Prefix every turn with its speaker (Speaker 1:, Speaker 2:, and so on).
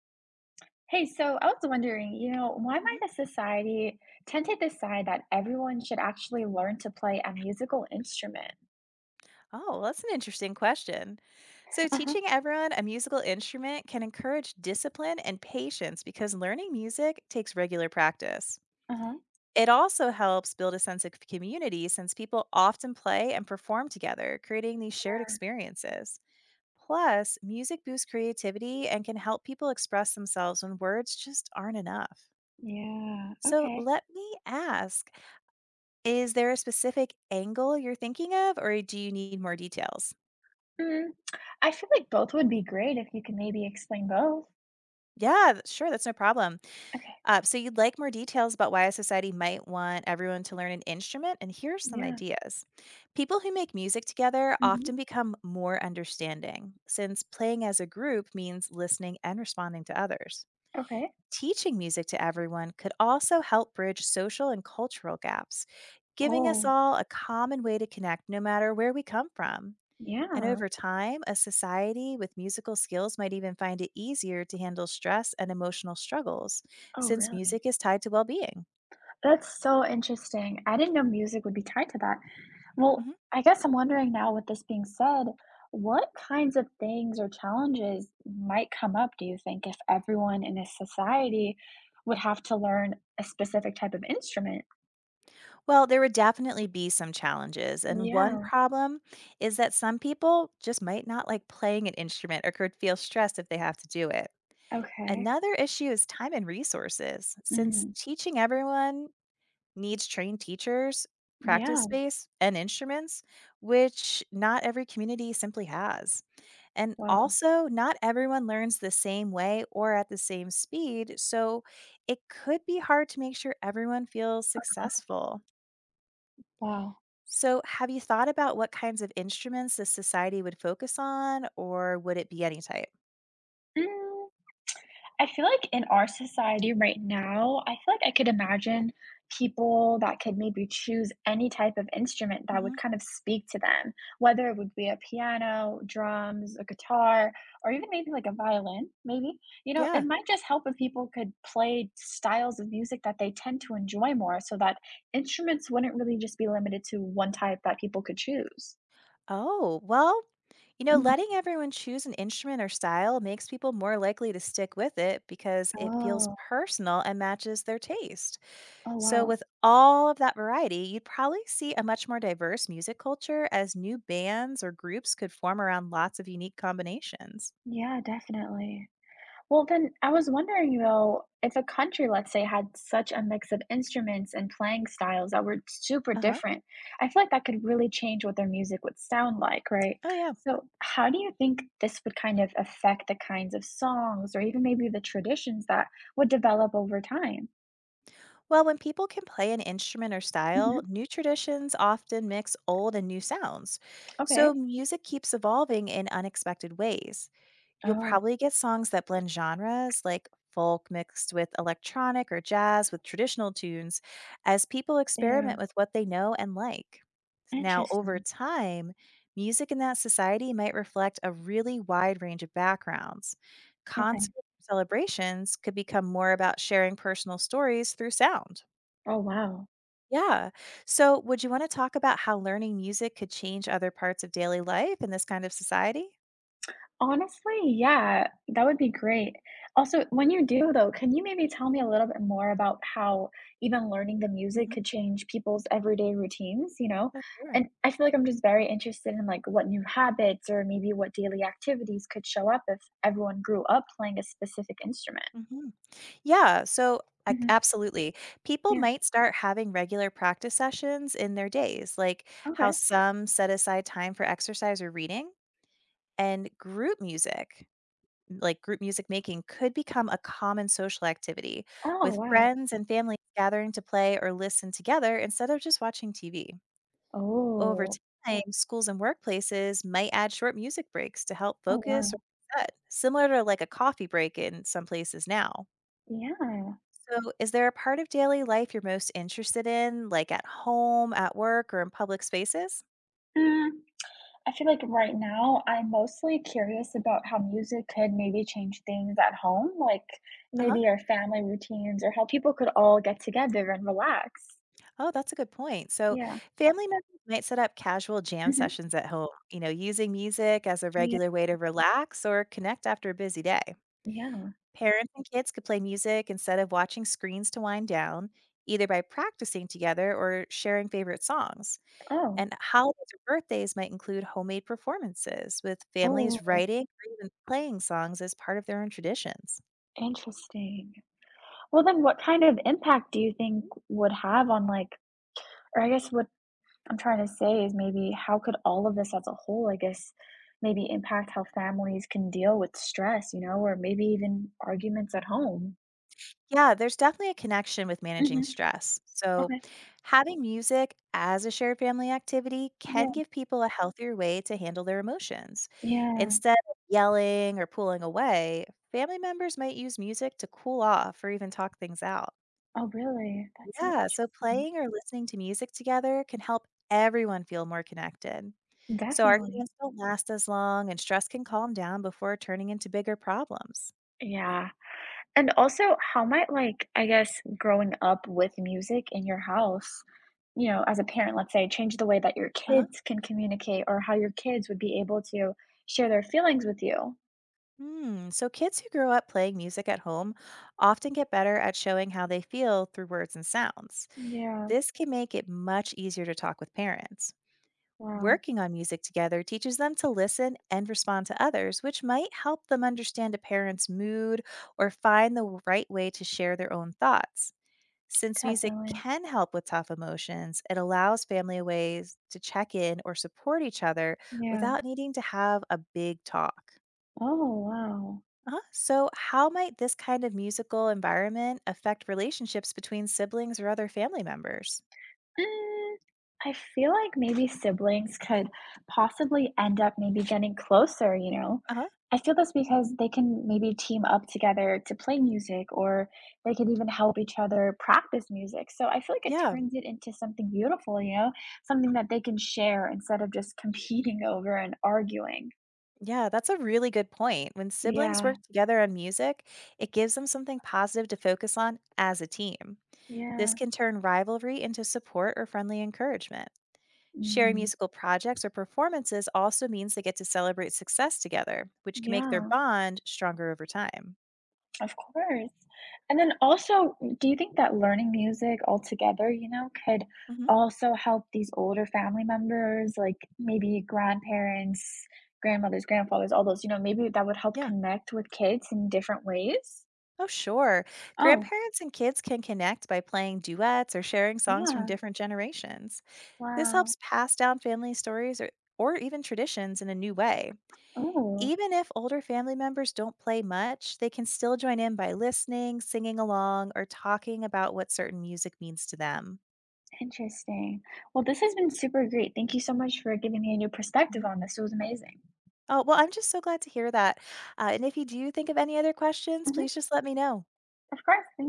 Speaker 1: Hey, so I was wondering, why
Speaker 2: Mhm.
Speaker 1: might a society tend to decide that everyone should actually learn to play a musical instrument?
Speaker 2: Oh, well, that's an interesting question. So,
Speaker 1: Uh-huh.
Speaker 2: teaching everyone a musical instrument can encourage discipline and patience because learning music takes regular practice.
Speaker 1: Uh-huh.
Speaker 2: It also helps build a sense of community since people often play and perform together, creating these shared experiences. Plus, music boosts creativity and can help people express themselves when words just aren't enough.
Speaker 1: Yeah.
Speaker 2: So,
Speaker 1: Okay.
Speaker 2: let me ask is there a specific angle you're thinking of, or do you need more details?
Speaker 1: Mm, I feel like both would be great if you can maybe explain both.
Speaker 2: Yeah, sure. That's no problem.
Speaker 1: Okay.
Speaker 2: So, you'd like more details about why a society might want everyone to learn an instrument? And here are some
Speaker 1: Yeah.
Speaker 2: ideas. People who make music together
Speaker 1: Mm-hmm.
Speaker 2: often become more understanding, since playing as a group means listening and responding to others.
Speaker 1: Okay.
Speaker 2: Teaching music to everyone could also help bridge social and cultural gaps, giving us
Speaker 1: Oh,
Speaker 2: all a common way to connect no matter where we come from. And
Speaker 1: yeah.
Speaker 2: over time, a society with musical skills might even find it easier to handle stress and emotional struggles,
Speaker 1: Oh,
Speaker 2: since music
Speaker 1: really?
Speaker 2: is tied to well being.
Speaker 1: That's so interesting. I didn't know music would be tied to that. Well,
Speaker 2: Mhm.
Speaker 1: I guess I'm wondering now, with this being said, what kinds of things or challenges might come up, do you think, if everyone in a society would have to learn a specific type of instrument?
Speaker 2: Well, there would definitely be some challenges. And one
Speaker 1: Yeah,
Speaker 2: problem is that some people just might not like playing an instrument or could feel stressed if they have to do it.
Speaker 1: okay.
Speaker 2: Another issue is time and resources, since
Speaker 1: Mhm.
Speaker 2: teaching everyone needs trained teachers, practice
Speaker 1: Yeah,
Speaker 2: space, and instruments, which not every community simply has. And
Speaker 1: wow,
Speaker 2: also, not everyone learns the same way or at the same speed, so it could be hard to make sure everyone feels successful.
Speaker 1: wow.
Speaker 2: So, have you thought about what kinds of instruments the society would focus on, or would it be any type?
Speaker 1: Mm. I feel like in our society right now, I feel like I could imagine people that could maybe choose any type of instrument that
Speaker 2: Hmm.
Speaker 1: would kind of speak to them, whether it would be a piano, drums, a guitar, or even maybe like a violin, maybe. It
Speaker 2: Yeah.
Speaker 1: might just help if people could play styles of music that they tend to enjoy more so that instruments wouldn't really just be limited to one type that people could choose.
Speaker 2: Oh, well, you know,
Speaker 1: Mhm.
Speaker 2: letting everyone choose an instrument or style makes people more likely to stick with it because it feels
Speaker 1: Oh,
Speaker 2: personal and matches their taste.
Speaker 1: oh,
Speaker 2: So,
Speaker 1: wow.
Speaker 2: with all of that variety, you'd probably see a much more diverse music culture as new bands or groups could form around lots of unique combinations.
Speaker 1: Yeah, definitely. Well, then I was wondering though, if a country, let's say, had such a mix of instruments and playing styles that were super
Speaker 2: Uh huh.
Speaker 1: different, I feel like that could really change what their music would sound like, right?
Speaker 2: Oh, yeah.
Speaker 1: So, how do you think this would kind of affect the kinds of songs or even maybe the traditions that would develop over time?
Speaker 2: Well, when people can play an instrument or style,
Speaker 1: Hmm.
Speaker 2: new traditions often mix old and new sounds.
Speaker 1: Okay.
Speaker 2: So, music keeps evolving in unexpected ways. You'll
Speaker 1: Oh,
Speaker 2: probably get songs that blend genres like folk mixed with electronic or jazz with traditional tunes as people
Speaker 1: yeah.
Speaker 2: experiment with what they know and like. Now, over
Speaker 1: Interesting.
Speaker 2: time, music in that society might reflect a really wide range of backgrounds. Concert
Speaker 1: Okay.
Speaker 2: celebrations could become more about sharing personal stories through sound.
Speaker 1: Oh, wow.
Speaker 2: Yeah. So, would you want to talk about how learning music could change other parts of daily life in this kind of society?
Speaker 1: Honestly, yeah, that would be great. Also, when you do though, can you maybe tell me a little bit more about how even learning the music
Speaker 2: Hmm.
Speaker 1: could change people's everyday routines, you know?
Speaker 2: Oh, sure.
Speaker 1: And I feel like I'm just very interested in like what new habits or maybe what daily activities could show up if everyone grew up playing a specific instrument.
Speaker 2: Hmm. Yeah, so I
Speaker 1: Hmm.
Speaker 2: absolutely. People
Speaker 1: Yeah.
Speaker 2: might start having regular practice sessions in their days, like how
Speaker 1: Okay.
Speaker 2: some set aside time for exercise or reading, and group music, like group music making, could become a common social activity
Speaker 1: Oh,
Speaker 2: with
Speaker 1: wow.
Speaker 2: friends and family gathering to play or listen together instead of just watching TV. Over
Speaker 1: Oh,
Speaker 2: time, schools and workplaces might add short music breaks to help
Speaker 1: oh,
Speaker 2: focus or
Speaker 1: wow.
Speaker 2: reset, similar to like a coffee break in some places now.
Speaker 1: Yeah.
Speaker 2: So, is there a part of daily life you're most interested in, like at home, at work, or in public spaces?
Speaker 1: I feel like right now I'm mostly curious about how music could maybe change things at home, like
Speaker 2: Uh huh.
Speaker 1: maybe our family routines or how people could all get together and relax.
Speaker 2: Oh, that's a good point. So,
Speaker 1: Yeah.
Speaker 2: family members might set up casual jam
Speaker 1: Mhm.
Speaker 2: sessions at home, you know, using music as a
Speaker 1: Yeah.
Speaker 2: regular way to relax or connect after a busy day.
Speaker 1: Yeah.
Speaker 2: Parents and kids could play music instead of watching screens to wind down, either by practicing together or sharing favorite songs.
Speaker 1: Oh.
Speaker 2: And holidays or birthdays might include homemade performances, with families
Speaker 1: Oh,
Speaker 2: writing or even playing songs as part of their own traditions.
Speaker 1: interesting. Well, then what kind of impact do you think would have on like, or I guess what I'm trying to say is maybe how could all of this as a whole, I guess, maybe impact how families can deal with stress, or maybe even arguments at home?
Speaker 2: Yeah, there's definitely a connection with managing
Speaker 1: Hmm.
Speaker 2: stress. So,
Speaker 1: Okay.
Speaker 2: having music as a shared family activity
Speaker 1: Yeah,
Speaker 2: can give people a healthier way to handle their emotions.
Speaker 1: yeah.
Speaker 2: Instead of yelling or pulling away, family members might use music to cool off or even talk things out.
Speaker 1: Oh, really? That's so
Speaker 2: Yeah, so
Speaker 1: interesting.
Speaker 2: playing or listening to music together can help everyone feel more connected. So
Speaker 1: Definitely.
Speaker 2: arguments don't last as long and stress can calm down before turning into bigger problems.
Speaker 1: Yeah. And also, how might, like, I guess, growing up with music in your house, as a parent, let's say, change the way that your
Speaker 2: Uh-huh.
Speaker 1: kids can communicate or how your kids would be able to share their feelings with you?
Speaker 2: Hmm. So kids who grow up playing music at home often get better at showing how they feel through words and sounds.
Speaker 1: Yeah.
Speaker 2: This can make it much easier to talk with parents.
Speaker 1: Wow.
Speaker 2: Working on music together teaches them to listen and respond to others, which might help them understand a parent's mood or find the right way to share their own thoughts. Since music
Speaker 1: Definitely.
Speaker 2: can help with tough emotions, it allows family ways to check in or support each other
Speaker 1: Yeah.
Speaker 2: without needing to have a big talk.
Speaker 1: Oh, wow.
Speaker 2: Uh-huh. So, how might this kind of musical environment affect relationships between siblings or other family members?
Speaker 1: Mm, I feel like maybe siblings could possibly end up maybe getting closer, you know?
Speaker 2: Uh huh.
Speaker 1: I feel that's because they can maybe team up together to play music or they could even help each other practice music. So I feel like it
Speaker 2: Yeah.
Speaker 1: turns it into something beautiful, you know? Something that they can share instead of just competing over and arguing.
Speaker 2: Yeah. That's a really good point. When siblings
Speaker 1: Yeah.
Speaker 2: work together on music, it gives them something positive to focus on as a team. This
Speaker 1: Yeah.
Speaker 2: can turn rivalry into support or friendly encouragement. Sharing
Speaker 1: Hmm.
Speaker 2: musical projects or performances also means they get to celebrate success together, which can make their
Speaker 1: Yeah.
Speaker 2: bond stronger over time.
Speaker 1: Of course. And then also, do you think that learning music altogether, could
Speaker 2: Hmm.
Speaker 1: also help these older family members, like maybe grandparents, grandmothers, grandfathers, all those, maybe that would help
Speaker 2: Yeah.
Speaker 1: connect with kids in different ways?
Speaker 2: Oh, sure.
Speaker 1: Oh,
Speaker 2: Grandparents and kids can connect by playing duets or sharing songs from
Speaker 1: yeah.
Speaker 2: different generations. This
Speaker 1: Wow.
Speaker 2: helps pass down family stories or even traditions in a new way.
Speaker 1: Oh,
Speaker 2: Even if older family members don't play much, they can still join in by listening, singing along, or talking about what certain music means to them.
Speaker 1: interesting. Well, this has been super great. Thank you so much for giving me a new perspective on this. It was amazing.
Speaker 2: Oh, well, I'm just so glad to hear that. And if you do think of any other questions,
Speaker 1: Hmm.
Speaker 2: please just let me know.
Speaker 1: Of course. Thank